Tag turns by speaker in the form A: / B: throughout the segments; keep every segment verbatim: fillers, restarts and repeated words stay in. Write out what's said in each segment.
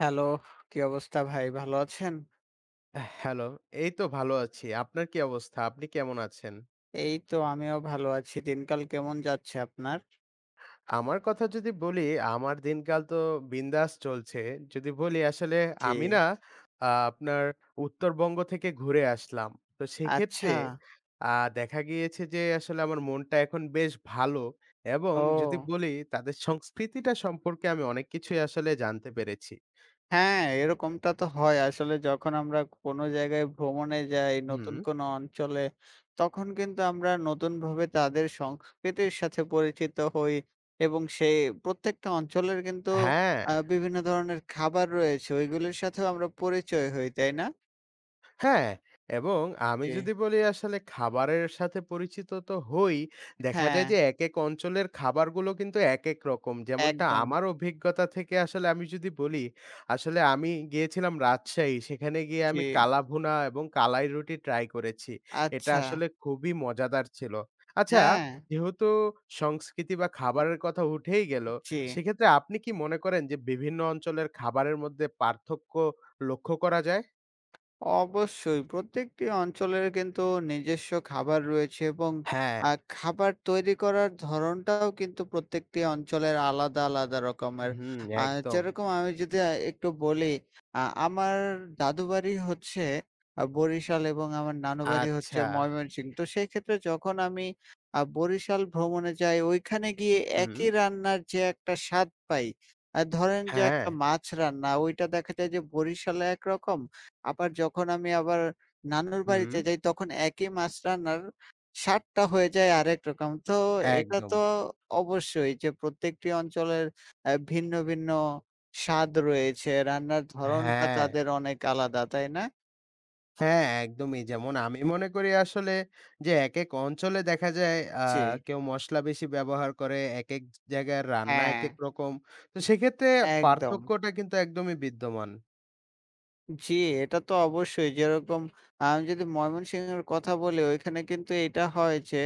A: Hello, কি অবস্থা ভাই? ভালো আছেন?
B: হ্যালো, এই তো ভালো আছি। আপনার কি অবস্থা? আপনি কেমন আছেন?
A: এই তো আমিও ভালো আছি। দিনকাল কেমন যাচ্ছে আপনার?
B: আমার কথা যদি বলি, আমার দিনকাল তো বিন্দাস চলছে। যদি বলি আসলে
A: জি।
B: আমি না আ আপনার উত্তরবঙ্গ থেকে ঘুরে আসলাম। তো সেক্ষেত্রে
A: আচ্ছা।
B: আ দেখা গিয়েছে যে আসলে আমার মনটা এখন বেশ ভালো এবং যদি
A: ও!
B: বলি তাদের সংস্কৃতিটা সম্পর্কে আমি অনেক কিছুই আসলে জানতে পেরেছি।
A: হ্যাঁ, এরকমটা তো হয়। আসলে যখন আমরা কোনো জায়গায় ভ্রমণে যাই,
B: হুম।
A: নতুন কোনো অঞ্চলে, তখন কিন্তু আমরা নতুনভাবে তাদের সংস্কৃতির সাথে পরিচিত হই এবং সেই প্রত্যেকটা অঞ্চলের কিন্তু
B: হ্যাঁ।
A: আ বিভিন্ন ধরনের খাবার রয়েছে, ওইগুলির সাথেও আমরা পরিচয় হই, তাই না?
B: হ্যাঁ, এবং আমি
A: জি।
B: যদি বলি আসলে খাবারের সাথে পরিচিত তো হই। দেখা
A: হ্যাঁ,
B: যায় যে একেক অঞ্চলের খাবারগুলো কিন্তু একেক রকম। যেমনটা
A: একদম।
B: আমার অভিজ্ঞতা থেকে আসলে আমি যদি বলি, আসলে আমি গিয়েছিলাম রাজশাহী। সেখানে গিয়ে
A: জি।
B: আমি কালাভুনা এবং কালাই রুটি ট্রাই করেছি। এটা
A: আচ্ছা।
B: আসলে খুবই মজাদার ছিল। আচ্ছা,
A: হ্যাঁ,
B: যেহেতু সংস্কৃতি বা খাবারের কথা উঠেই গেল,
A: জি।
B: সেক্ষেত্রে আপনি কি মনে করেন যে বিভিন্ন অঞ্চলের খাবারের মধ্যে পার্থক্য লক্ষ্য করা যায়?
A: অবশ্যই প্রত্যেকটি অঞ্চলের কিন্তু নিজস্ব খাবার রয়েছে এবং
B: হ্যাঁ।
A: আ খাবার তৈরি করার ধরনটাও কিন্তু প্রত্যেকটি অঞ্চলের আলাদা, আলাদা রকমের।
B: হুম,
A: আ
B: একদম।
A: যেরকম আমি যদি আ একটু বলি, আ আমার দাদু বাড়ি হচ্ছে আ বরিশাল এবং আমার নানু বাড়ি হচ্ছে
B: আচ্ছা।
A: ময়মনসিংহ। তো সেই ক্ষেত্রে যখন আমি আ বরিশাল ভ্রমণে যাই, ওইখানে গিয়ে
B: হুম।
A: একই রান্নার যে একটা স্বাদ পাই, আ ধরেন যে
B: হ্যাঁ।
A: একটা মাছ রান্না, ওইটা দেখা যায় যে বরিশালে একরকম আবার যখন আমি আবার নানুর
B: হুম,
A: বাড়িতে যাই তখন একই মাছ রান্নার স্বাদটা হয়ে যায় আরেক রকম। তো এটা
B: একদম।
A: তো অবশ্যই যে প্রত্যেকটি অঞ্চলের অ্যা ভিন্ন, ভিন্ন স্বাদ রয়েছে। রান্নার ধরনটা
B: হ্যাঁ,
A: তাদের অনেক আলাদা, তাই না?
B: হ্যাঁ, একদমই। যেমন আমি মনে করি আসলে যে একেক অঞ্চলে দেখা যায় আ
A: জি।
B: কেউ মসলা বেশি ব্যবহার করে, একেক জায়গায় রান্না
A: হ্যাঁ,
B: একেক রকম। তো সেক্ষেত্রে
A: একদম।
B: পার্থক্যটা কিন্তু একদমই বিদ্যমান।
A: জি, এটা তো অবশ্যই যেরকম আমি যদি ময়মনসিংহের কথা বলি ওইখানে কিন্তু এটা হয় যে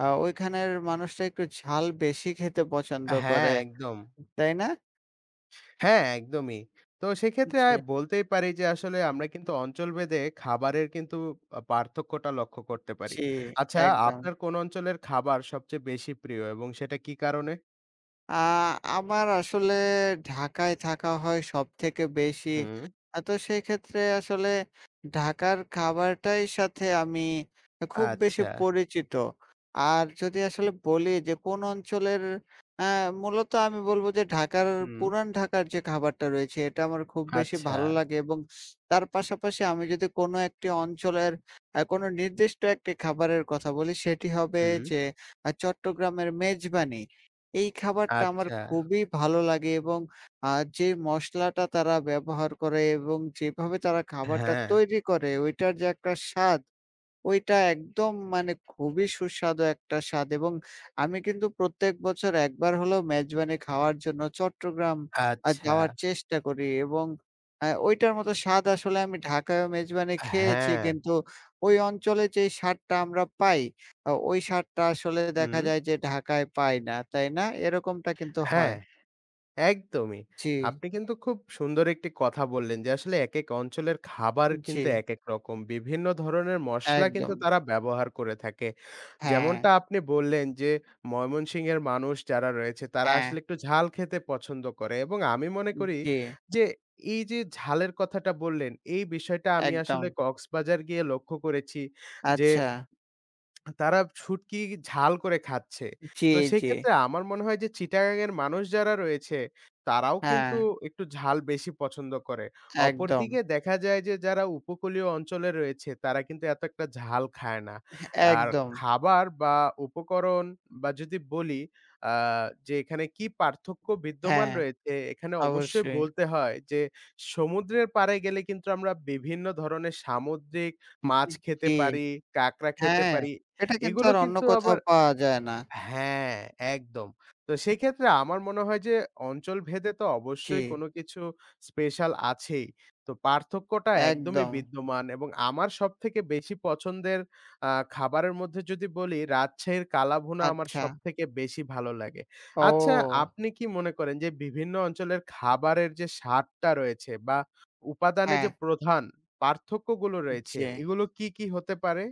A: আ ওইখানের মানুষরা একটু ঝাল বেশি খেতে পছন্দ
B: হ্যাঁ,
A: করে,
B: একদম।
A: তাই না?
B: হ্যাঁ, একদমই। তো সেক্ষেত্রে আ
A: জি।
B: বলতেই পারি যে আসলে আমরা কিন্তু অঞ্চলভেদে খাবারের কিন্তু আ পার্থক্যটা লক্ষ্য করতে পারি।
A: জি,
B: আচ্ছা, জি।
A: একদম।
B: আপনার কোন অঞ্চলের খাবার সবচেয়ে বেশি প্রিয় এবং সেটা কি কারণে?
A: আ আমার আসলে ঢাকায় থাকা হয় সবথেকে বেশি।
B: হুম।
A: আ তো সেক্ষেত্রে আসলে ঢাকার খাবারটাই সাথে আমি খুব বেশি
B: আচ্ছা।
A: পরিচিত। আর যদি আসলে বলি যে কোন অঞ্চলের আ মূলত আমি বলবো যে ঢাকার
B: হুম।
A: পুরান ঢাকার যে খাবারটা রয়েছে এটা আমার খুব বেশি
B: আচ্ছা।
A: ভালো লাগে এবং তার পাশাপাশি আমি যদি কোনো একটি অঞ্চলের আ কোনো নির্দিষ্ট একটি খাবারের কথা বলি সেটি হবে
B: হুম।
A: যে আ চট্টগ্রামের মেজবানি। এই খাবারটা আমার
B: আচ্ছা।
A: খুবই ভালো লাগে এবং আ যে মসলাটা তারা ব্যবহার করে এবং যেভাবে তারা খাবারটা
B: হ্যাঁ।
A: তৈরি করে, ওইটার যে একটা স্বাদ ওইটা একদম মানে খুবই সুস্বাদু একটা স্বাদ এবং আমি কিন্তু প্রত্যেক বছর একবার হলেও মেজবানি খাওয়ার জন্য চট্টগ্রাম আ
B: আচ্ছা।
A: যাওয়ার চেষ্টা করি এবং আ ওইটার মতো স্বাদ আসলে আমি ঢাকায়ও মেজবানি খেয়েছি
B: হ্যাঁ।
A: কিন্তু ওই অঞ্চলে যেই স্বাদটা আমরা পাই, আ ওই স্বাদটা আসলে দেখা
B: হুম।
A: যায় যে ঢাকায় পাই না, তাই না? এরকমটা কিন্তু
B: হ্যাঁ।
A: হয়।
B: একদমই।
A: জি,
B: আপনি কিন্তু খুব সুন্দর একটি কথা বললেন যে আসলে একেক অঞ্চলের খাবার
A: জি,
B: কিন্তু একেক রকম। বিভিন্ন ধরনের মসলা কিন্তু
A: একদম।
B: তারা ব্যবহার করে থাকে।
A: হ্যাঁ,
B: যেমনটা আপনি বললেন যে ময়মনসিংহের মানুষ যারা রয়েছে তারা
A: হ্যাঁ,
B: আসলে একটু ঝাল খেতে পছন্দ করে এবং আমি মনে করি
A: জি,
B: যে এই যে ঝালের কথাটা বললেন, এই বিষয়টা আমি
A: একদম।
B: আসলে কক্সবাজার গিয়ে লক্ষ্য করেছি যে
A: আচ্ছা,
B: তারা শুটকি ঝাল করে খাচ্ছে।
A: জি,
B: তো
A: জি,
B: সেক্ষেত্রে আমার মনে হয় যে চিটাগাংয়ের মানুষ যারা রয়েছে, তারাও
A: হ্যাঁ।
B: কিন্তু একটু ঝাল বেশি পছন্দ করে।
A: একদম,
B: অপরদিকে দেখা যায় যে যারা উপকূলীয় অঞ্চলে রয়েছে, তারা কিন্তু এত একটা ঝাল খায় না। আর
A: একদম।
B: খাবার বা উপকরণ বা যদি বলি আ যে এখানে কি পার্থক্য বিদ্যমান
A: হ্যাঁ,
B: রয়েছে, এখানে অবশ্যই
A: অবশ্যই।
B: বলতে হয় যে সমুদ্রের পাড়ে গেলে কিন্তু আমরা বিভিন্ন ধরনের সামুদ্রিক মাছ খেতে
A: জি,
B: পারি, কাঁকড়া খেতে
A: হ্যাঁ,
B: পারি।
A: এটা কিন্তু
B: এগুলো
A: আর অন্য
B: কিন্তু
A: কোথাও
B: আবার
A: পাওয়া যায় না।
B: হ্যাঁ, একদম। তো সেক্ষেত্রে আমার মনে হয় যে অঞ্চলভেদে তো
A: জি,
B: অবশ্যই কোনো কিছু স্পেশাল আছেই। তো পার্থক্যটা একদমই
A: একদম।
B: বিদ্যমান এবং আমার সবথেকে বেশি পছন্দের আ খাবারের মধ্যে যদি বলি, রাজশাহীর কালাভুনা আমার
A: আচ্ছা।
B: সবথেকে বেশি ভালো লাগে। আচ্ছা,
A: ও!
B: আপনি কি মনে করেন যে বিভিন্ন অঞ্চলের খাবারের যে স্বাদটা রয়েছে বা উপাদানে
A: হ্যাঁ,
B: যে প্রধান পার্থক্যগুলো রয়েছে,
A: জি।
B: এগুলো কি, কি হতে পারে?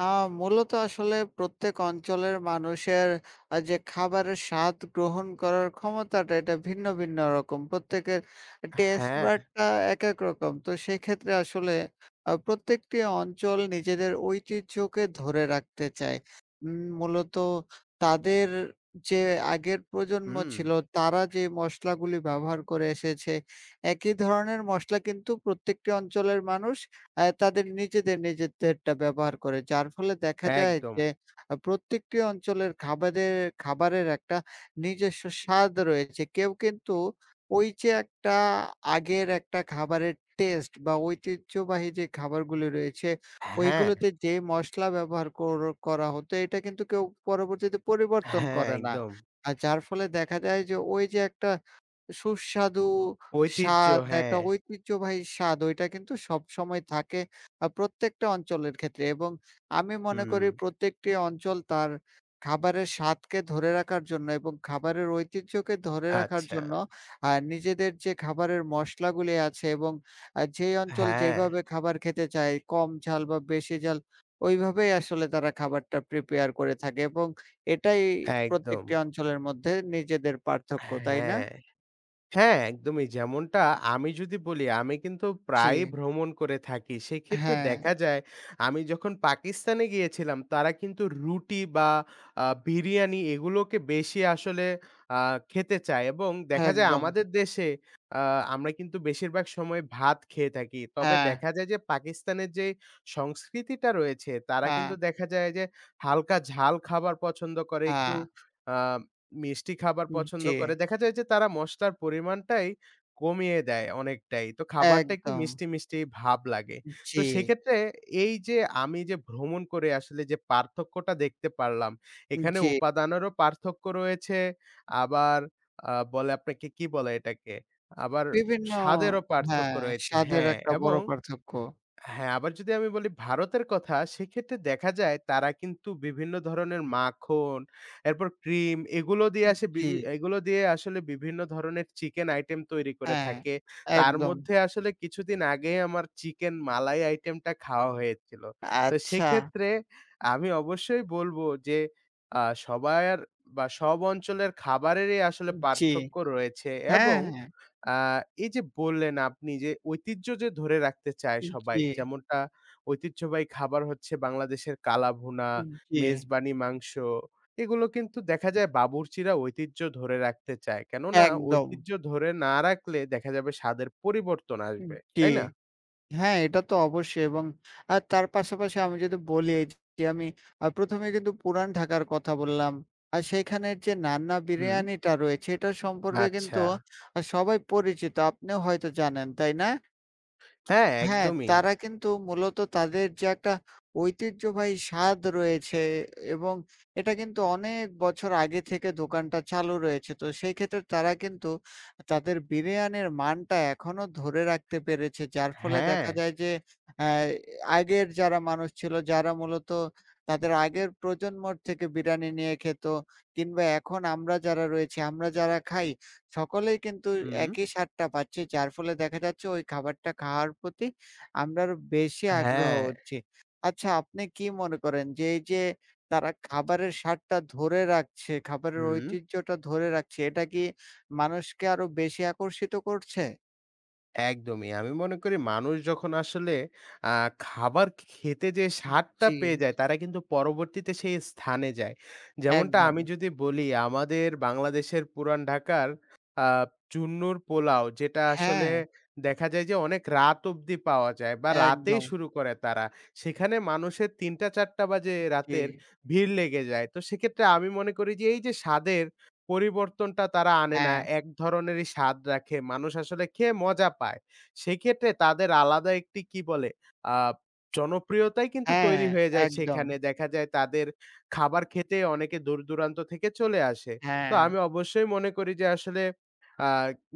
A: আ মূলত আসলে প্রত্যেক অঞ্চলের মানুষের আ যে খাবারের স্বাদ গ্রহণ করার ক্ষমতাটা এটা ভিন্ন, ভিন্ন রকম। প্রত্যেকের টেস্ট
B: হ্যাঁ,
A: বাডটা একেক রকম। তো সেক্ষেত্রে আসলে আ প্রত্যেকটি অঞ্চল নিজেদের ঐতিহ্যকে ধরে রাখতে চায়। উম মূলত তাদের যে আগের প্রজন্ম
B: হুম।
A: ছিল তারা যে মসলাগুলি ব্যবহার করে এসেছে, একই ধরনের মসলা কিন্তু প্রত্যেকটি অঞ্চলের মানুষ অ্যা তাদের নিজেদের, নিজেদেরটা ব্যবহার করে। যার ফলে দেখা যায়
B: একদম।
A: যে আ প্রত্যেকটি অঞ্চলের খাবারের খাবারের একটা নিজস্ব স্বাদ রয়েছে। কেউ কিন্তু ওই যে একটা আগের একটা খাবারের টেস্ট বা ঐতিহ্যবাহী যে খাবারগুলি রয়েছে,
B: হ্যাঁ,
A: ওইগুলোতে যে মসলা ব্যবহার কর করা হতো এটা কিন্তু কেউ পরবর্তীতে পরিবর্তন
B: হ্যাঁ,
A: করে না।
B: একদম।
A: আর যার ফলে দেখা যায় যে ওই যে একটা সুস্বাদু
B: ঐতিহ্য
A: স্বাদ, একটা
B: হ্যাঁ।
A: ঐতিহ্যবাহী স্বাদ ওইটা কিন্তু সবসময় থাকে আ প্রত্যেকটা অঞ্চলের ক্ষেত্রে এবং আমি মনে
B: হুম,
A: করি প্রত্যেকটি অঞ্চল তার খাবারের স্বাদকে ধরে রাখার জন্য এবং খাবারের ঐতিহ্যকে ধরে রাখার
B: আচ্ছা।
A: জন্য আ নিজেদের যে খাবারের মসলাগুলি আছে এবং আ যেই অঞ্চল
B: হ্যাঁ,
A: যেভাবে খাবার খেতে চায়, কম ঝাল বা বেশি ঝাল ওইভাবেই আসলে তারা খাবারটা প্রিপেয়ার করে থাকে এবং এটাই
B: একদম।
A: প্রত্যেকটি অঞ্চলের মধ্যে নিজেদের পার্থক্য, তাই না?
B: হ্যাঁ। হ্যাঁ, একদমই। যেমনটা আমি যদি বলি, আমি কিন্তু
A: জি,
B: প্রায়ই ভ্রমণ করে থাকি। সেক্ষেত্রে
A: হ্যাঁ,
B: দেখা যায় আমি যখন পাকিস্তানে গিয়েছিলাম, তারা কিন্তু রুটি বা আ বিরিয়ানি এগুলোকে বেশি আসলে আ খেতে চায় এবং দেখা যায়
A: একদম।
B: আমাদের দেশে আ আমরা কিন্তু বেশিরভাগ সময় ভাত খেয়ে থাকি। তবে
A: হ্যাঁ,
B: দেখা যায় যে পাকিস্তানের যে সংস্কৃতিটা রয়েছে, তারা
A: হ্যাঁ,
B: কিন্তু দেখা যায় যে হালকা ঝাল খাবার পছন্দ করে। একটু
A: হ্যাঁ,
B: আ মিষ্টি খাবার পছন্দ
A: জি,
B: করে। দেখা যায় যে তারা মসলার পরিমাণটাই কমিয়ে দেয় অনেকটাই। তো খাবারটা একটু
A: একদম।
B: মিষ্টি, মিষ্টি ভাব লাগে। তো
A: জি,
B: সেক্ষেত্রে এই যে আমি যে ভ্রমণ করে আসলে যে পার্থক্যটা দেখতে পারলাম, এখানে
A: জি,
B: উপাদানেরও পার্থক্য রয়েছে। আবার আ বলে আপনাকে কি বলে এটাকে? আবার
A: বিভিন্ন
B: স্বাদেরও পার্থক্য
A: হ্যাঁ,
B: রয়েছে।
A: স্বাদের
B: হ্যাঁ,
A: একটা
B: এবং
A: বড় পার্থক্য।
B: হ্যাঁ, আবার যদি আমি বলি ভারতের কথা, সেক্ষেত্রে দেখা যায় তারা কিন্তু বিভিন্ন ধরনের মাখন, এরপর ক্রিম এগুলো দিয়ে আসে
A: জি,
B: বিভি এগুলো দিয়ে আসলে বিভিন্ন ধরনের চিকেন আইটেম তৈরি করে
A: হ্যাঁ,
B: থাকে। তার
A: একদম।
B: মধ্যে আসলে কিছুদিন আগে আমার চিকেন মালাই আইটেমটা খাওয়া হয়েছিল। তো
A: আচ্ছা,
B: সেক্ষেত্রে আমি অবশ্যই বলব যে আ সবার বা সব অঞ্চলের খাবারেরই আসলে
A: জি,
B: পার্থক্য রয়েছে এবং
A: হ্যাঁ, হ্যাঁ,
B: আ এই যে বললেন আপনি যে ঐতিহ্য যে ধরে রাখতে চায় সবাই,
A: জি,
B: যেমনটা ঐতিহ্যবাহী খাবার হচ্ছে বাংলাদেশের কালাভুনা,
A: জি,
B: মেজবানি মাংস। এগুলো কিন্তু দেখা যায় বাবুর্চিরা ঐতিহ্য ধরে রাখতে চায়। কেননা
A: একদম,
B: ঐতিহ্য ধরে না রাখলে দেখা যাবে স্বাদের পরিবর্তন আসবে।
A: জি।
B: তাই না?
A: হ্যাঁ, এটা তো অবশ্যই এবং আ তার পাশাপাশি আমি যদি বলি এই যে আমি আ ১ম এ কিন্তু পুরান ঢাকার কথা বললাম। আর সেইখানের যে নান্না
B: হুম।
A: বিরিয়ানিটা রয়েছে এটার সম্পর্কে কিন্তু
B: আচ্ছা।
A: আ সবাই পরিচিত। আপনিও হয়তো জানেন, তাই না?
B: হ্যাঁ,
A: হ্যাঁ,
B: একদমই।
A: তারা কিন্তু মূলত তাদের যে একটা ঐতিহ্যবাহী স্বাদ রয়েছে এবং এটা কিন্তু অনেক বছর আগে থেকে দোকানটা চালু রয়েছে। তো সেই ক্ষেত্রে তারা কিন্তু তাদের বিরিয়ানির মানটা এখনো ধরে রাখতে পেরেছে। যার ফলে
B: হ্যাঁ।
A: দেখা যায় যে অ্যা আগের যারা মানুষ ছিল, যারা মূলত তাদের আগের প্রজন্মর থেকে বিরিয়ানি নিয়ে খেত কিংবা এখন আমরা যারা রয়েছি, আমরা যারা খাই সকলেই কিন্তু
B: হুম।
A: একই স্বাদটা পাচ্ছি। যার ফলে দেখা যাচ্ছে ওই খাবারটা খাওয়ার প্রতি আমরা আরো বেশি আগ্রহ
B: হ্যাঁ।
A: হচ্ছি। আচ্ছা আপনি কি মনে করেন যে এই যে তারা খাবারের স্বাদটা ধরে রাখছে, খাবারের
B: হুম।
A: ঐতিহ্যটা ধরে রাখছে, এটা কি মানুষকে আরো বেশি আকর্ষিত করছে?
B: একদমই। আমি মনে করি মানুষ যখন আসলে আ খাবার খেতে যে স্বাদটা
A: জি,
B: পেয়ে যায়, তারা কিন্তু পরবর্তীতে সেই স্থানে যায়। যেমনটা
A: একদম।
B: আমি যদি বলি, আমাদের বাংলাদেশের পুরান ঢাকার আ চুন্নুর পোলাও যেটা আসলে
A: হ্যাঁ,
B: দেখা যায় যে অনেক রাত অবধি পাওয়া যায় বা রাতেই
A: একদম।
B: শুরু করে তারা। সেখানে মানুষের ৩ঃ০০ ৪ঃ০০ বাজে
A: জি,
B: রাতের ভিড় লেগে যায়। তো সেক্ষেত্রে আমি মনে করি যে এই যে স্বাদের পরিবর্তনটা তারা আনে না।
A: হ্যাঁ,
B: এক ধরনেরই স্বাদ রাখে। মানুষ আসলে খেয়ে মজা পায়। সেক্ষেত্রে তাদের আলাদা একটি কি বলে আ জনপ্রিয়তাই কিন্তু
A: হ্যাঁ,
B: তৈরি হয়ে যায়
A: একদম।
B: সেখানে। দেখা যায় তাদের খাবার খেতে অনেকে দূর-দূরান্ত থেকে চলে আসে। তো
A: হ্যাঁ,
B: আমি অবশ্যই মনে করি যে আসলে আ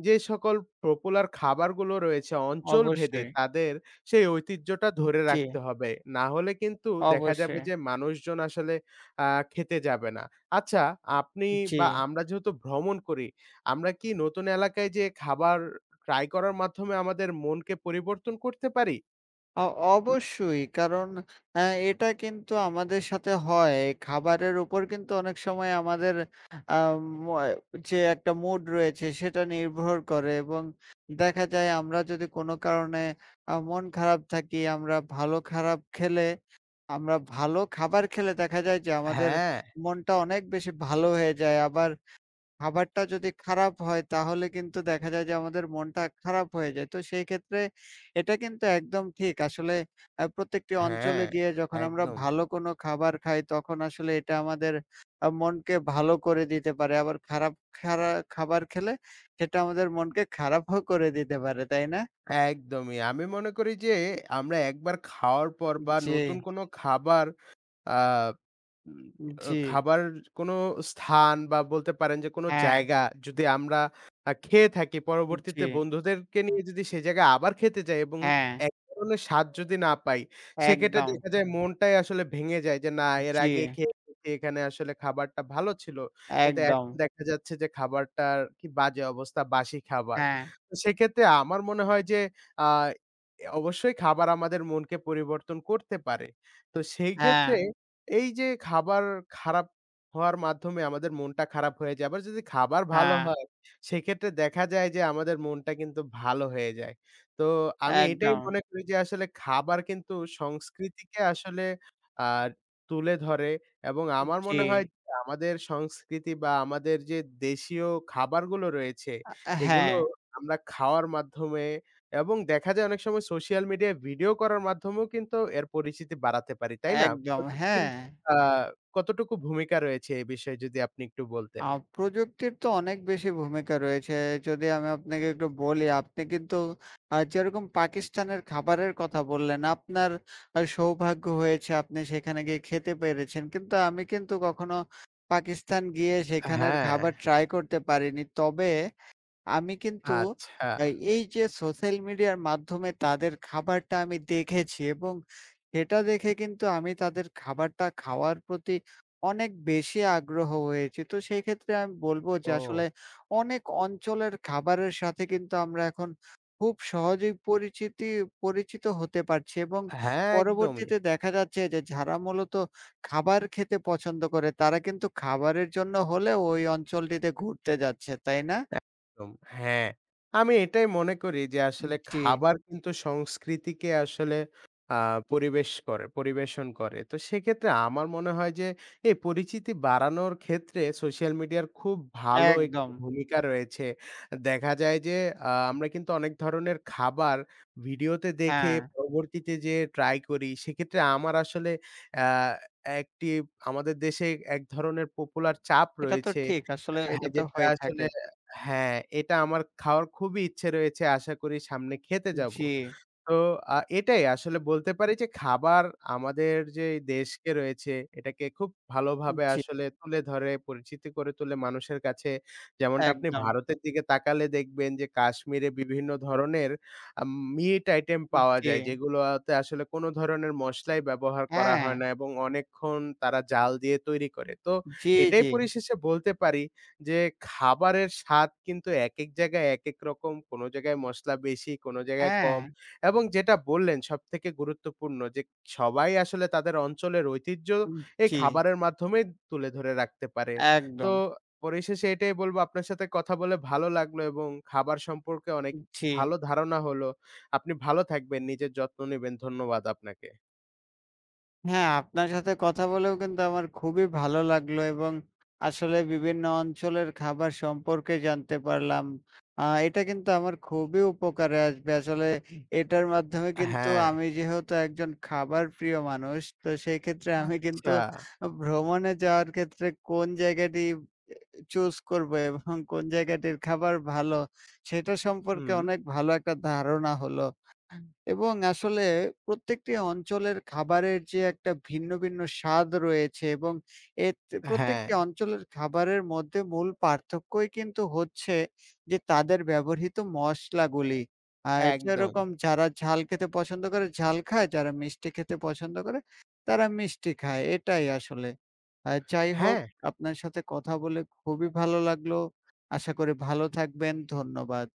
B: যে সকল পপুলার খাবারগুলো রয়েছে অঞ্চলভেদে
A: অবশ্যই।
B: তাদের সেই ঐতিহ্যটা ধরে
A: জি,
B: রাখতে হবে। না হলে কিন্তু দেখা যাবে
A: অবশ্যই।
B: যে মানুষজন আসলে আ খেতে যাবে না। আচ্ছা, আপনি
A: জি।
B: বা আমরা যেহেতু ভ্রমণ করি, আমরা কি নতুন এলাকায় যেয়ে খাবার ট্রাই করার মাধ্যমে আমাদের মনকে পরিবর্তন করতে পারি?
A: অ অবশ্যই কারণ অ্যা এটা কিন্তু আমাদের সাথে হয়। খাবারের উপর কিন্তু অনেক সময় আমাদের আম অয় যে একটা মুড রয়েছে সেটা নির্ভর করে এবং দেখা যায় আমরা যদি কোনো কারণে আ মন খারাপ থাকি, আমরা ভালো খারাপ খেলে আমরা ভালো খাবার খেলে দেখা যায় যে আমাদের
B: হ্যাঁ,
A: মনটা অনেক বেশি ভালো হয়ে যায়। আবার খাবারটা যদি খারাপ হয় তাহলে কিন্তু দেখা যায় যে আমাদের মনটা খারাপ হয়ে যায়। তো সেই ক্ষেত্রে এটা কিন্তু একদম ঠিক। আসলে আ প্রত্যেকটি অঞ্চলে
B: হ্যাঁ,
A: গিয়ে যখন আমরা
B: একদম,
A: ভালো কোনো খাবার খাই তখন আসলে এটা আমাদের আ মনকে ভালো করে দিতে পারে। আবার খারাপ খারা খাবার খেলে সেটা আমাদের মনকে খারাপও করে দিতে পারে, তাই না?
B: একদমই। আমি মনে করি যে আমরা একবার খাওয়ার পর বা
A: জি,
B: নতুন কোনো খাবার আ উম আ
A: জি,
B: খাবার কোনো স্থান বা বলতে পারেন যে কোনো
A: হ্যাঁ,
B: জায়গা যদি আমরা আ খেয়ে থাকি,
A: জি,
B: পরবর্তীতে বন্ধুদেরকে নিয়ে যদি সেই জায়গায় আবার খেতে যাই এবং
A: হ্যাঁ,
B: এক ধরনের স্বাদ যদি না পাই, সেক্ষেত্রে
A: একদম,
B: দেখা যায় মনটাই আসলে ভেঙে যায় যে না এর
A: জি,
B: আগে খেয়েছি এখানে আসলে খাবারটা ভালো ছিল। কিন্তু
A: একদম,
B: এখন দেখা যাচ্ছে যে খাবারটার কি বাজে অবস্থা, বাসি খাবার।
A: হ্যাঁ,
B: তো সেক্ষেত্রে আমার মনে হয় যে আ অবশ্যই খাবার আমাদের মনকে পরিবর্তন করতে পারে। তো সেই
A: হ্যাঁ,
B: ক্ষেত্রে এই যে খাবার খারাপ হওয়ার মাধ্যমে আমাদের মনটা খারাপ হয়ে যায়। আবার যদি খাবার ভালো
A: হ্যাঁ,
B: হয়, সেক্ষেত্রে দেখা যায় যে আমাদের মনটা কিন্তু ভালো হয়ে যায়। তো আমি এটাই
A: একদম,
B: মনে করি যে আসলে খাবার কিন্তু সংস্কৃতিকে আসলে আ তুলে ধরে এবং আমার
A: জি।
B: মনে হয় যে আমাদের সংস্কৃতি বা আমাদের যে দেশীয় খাবারগুলো রয়েছে,
A: আ
B: এগুলো
A: হ্যাঁ,
B: আমরা খাওয়ার মাধ্যমে এবং দেখা যায় অনেক সময় সোশ্যাল মিডিয়ায় ভিডিও করার মাধ্যমেও কিন্তু এর পরিচিতি বাড়াতে পারি। তাই না?
A: একদম।
B: প্রযুক্তির
A: হ্যাঁ,
B: আ কতটুকু ভূমিকা রয়েছে এই বিষয়ে যদি আপনি একটু
A: আ
B: বলতেন?
A: প্রযুক্তির তো অনেক বেশি ভূমিকা রয়েছে। যদি আমি আপনাকে একটু বলি, আপনি কিন্তু আ যেরকম পাকিস্তানের খাবারের কথা বললেন, আপনার আ সৌভাগ্য হয়েছে আপনি সেখানে গিয়ে খেতে পেরেছেন। কিন্তু আমি কিন্তু কখনো পাকিস্তান গিয়ে সেখানের
B: হ্যাঁ,
A: খাবার ট্রাই করতে পারিনি। তবে আমি কিন্তু
B: আচ্ছা।
A: আ এই যে সোশ্যাল মিডিয়ার মাধ্যমে তাদের খাবারটা আমি দেখেছি এবং সেটা দেখে কিন্তু আমি তাদের খাবারটা খাওয়ার প্রতি অনেক বেশি আগ্রহ হয়েছি। তো সেই ক্ষেত্রে আমি বলব যে
B: ও
A: আসলে অনেক অঞ্চলের খাবারের সাথে কিন্তু আমরা এখন খুব সহজেই পরিচিতি পরিচিত হতে পারছি এবং
B: হ্যাঁ, একদমই।
A: পরবর্তীতে দেখা যাচ্ছে যে যারা মূলত খাবার খেতে পছন্দ করে তারা কিন্তু খাবারের জন্য হলেও ওই অঞ্চলটিতে ঘুরতে যাচ্ছে, তাই না?
B: একদম। হ্যাঁ, আমি এটাই মনে করি যে আসলে
A: জি,
B: খাবার কিন্তু সংস্কৃতিকে আসলে আ পরিবেশ করে পরিবেশন করে। তো সেক্ষেত্রে আমার মনে হয় যে এই পরিচিতি বাড়ানোর ক্ষেত্রে সোশ্যাল মিডিয়ার খুব ভালো একটি
A: একদম।
B: ভূমিকা রয়েছে। দেখা যায় যে আ আমরা কিন্তু অনেক ধরনের খাবার ভিডিওতে দেখে
A: হ্যাঁ,
B: পরবর্তীতে যেয়ে ট্রাই করি। সেক্ষেত্রে আমার আসলে আ একটি আমাদের দেশে এক ধরনের পপুলার চাপ
A: এটা তো
B: রয়েছে।
A: ঠিক। আসলে
B: হ্যাঁ,
A: এটা তো
B: যেটা
A: হয়ে থাকে।
B: আসলে হ্যাঁ, এটা আমার খাওয়ার খুবই ইচ্ছে রয়েছে। আশা করি সামনে খেতে যাবো।
A: জি,
B: তো আ এটাই আসলে বলতে পারি যে খাবার আমাদের যে এই দেশকে রয়েছে এটাকে খুব ভালোভাবে
A: জি,
B: আসলে তুলে ধরে, পরিচিতি করে তোলে মানুষের কাছে। যেমনটা আপনি
A: একদম।
B: ভারতের দিকে তাকালে দেখবেন যে কাশ্মীরে বিভিন্ন ধরনের আম মিট আইটেম পাওয়া
A: জি,
B: যায় যেগুলোতে আসলে কোনো ধরনের মসলাই ব্যবহার করা
A: হ্যাঁ,
B: হয় না এবং অনেকক্ষণ তারা জাল দিয়ে তৈরি করে। তো
A: জি,
B: এটাই
A: জি,
B: পরিশেষে বলতে পারি যে খাবারের স্বাদ কিন্তু একেক জায়গায় একেক রকম। কোনো জায়গায় মসলা বেশি, কোনো জায়গায়
A: হ্যাঁ,
B: কম। এবং যেটা বললেন সবথেকে গুরুত্বপূর্ণ যে সবাই আসলে তাদের অঞ্চলের ঐতিহ্য এই
A: জি,
B: খাবারের মাধ্যমেই তুলে ধরে রাখতে পারে। তো
A: একদম।
B: পরিশেষে এটাই বলব আপনার সাথে কথা বলে ভালো লাগলো এবং খাবার সম্পর্কে অনেক
A: জি।
B: ভালো ধারণা হলো। আপনি ভালো থাকবেন, নিজের যত্ন নিবেন। ধন্যবাদ আপনাকে।
A: হ্যাঁ, আপনার সাথে কথা বলেও কিন্তু আমার খুবই ভালো লাগলো এবং আসলে বিভিন্ন অঞ্চলের খাবার সম্পর্কে জানতে পারলাম। আ এটা কিন্তু আমার খুবই উপকারে আসবে। আসলে এটার মাধ্যমে কিন্তু
B: হ্যাঁ।
A: আমি যেহেতু একজন খাবার প্রিয় মানুষ, তো সেই ক্ষেত্রে আমি কিন্তু
B: আচ্ছা।
A: ভ্রমণে যাওয়ার ক্ষেত্রে কোন জায়গাটি এ চুজ করবো এবং কোন জায়গাটির খাবার ভালো, সেটা সম্পর্কে
B: হুম।
A: অনেক ভালো একটা ধারণা হলো। এবং আসলে প্রত্যেকটি অঞ্চলের খাবারের যে একটা ভিন্ন, ভিন্ন স্বাদ রয়েছে এবং এত
B: হ্যাঁ।
A: প্রত্যেকটি অঞ্চলের খাবারের মধ্যে মূল পার্থক্যই কিন্তু হচ্ছে যে তাদের ব্যবহৃত মসলাগুলি। আ
B: একদম।
A: যেরকম যারা ঝাল খেতে পছন্দ করে ঝাল খায়, যারা মিষ্টি খেতে পছন্দ করে তারা মিষ্টি খায়। এটাই আসলে। আ যাই হোক
B: হ্যাঁ।
A: আপনার সাথে কথা বলে খুবই ভালো লাগলো। আশা করি ভালো থাকবেন। ধন্যবাদ।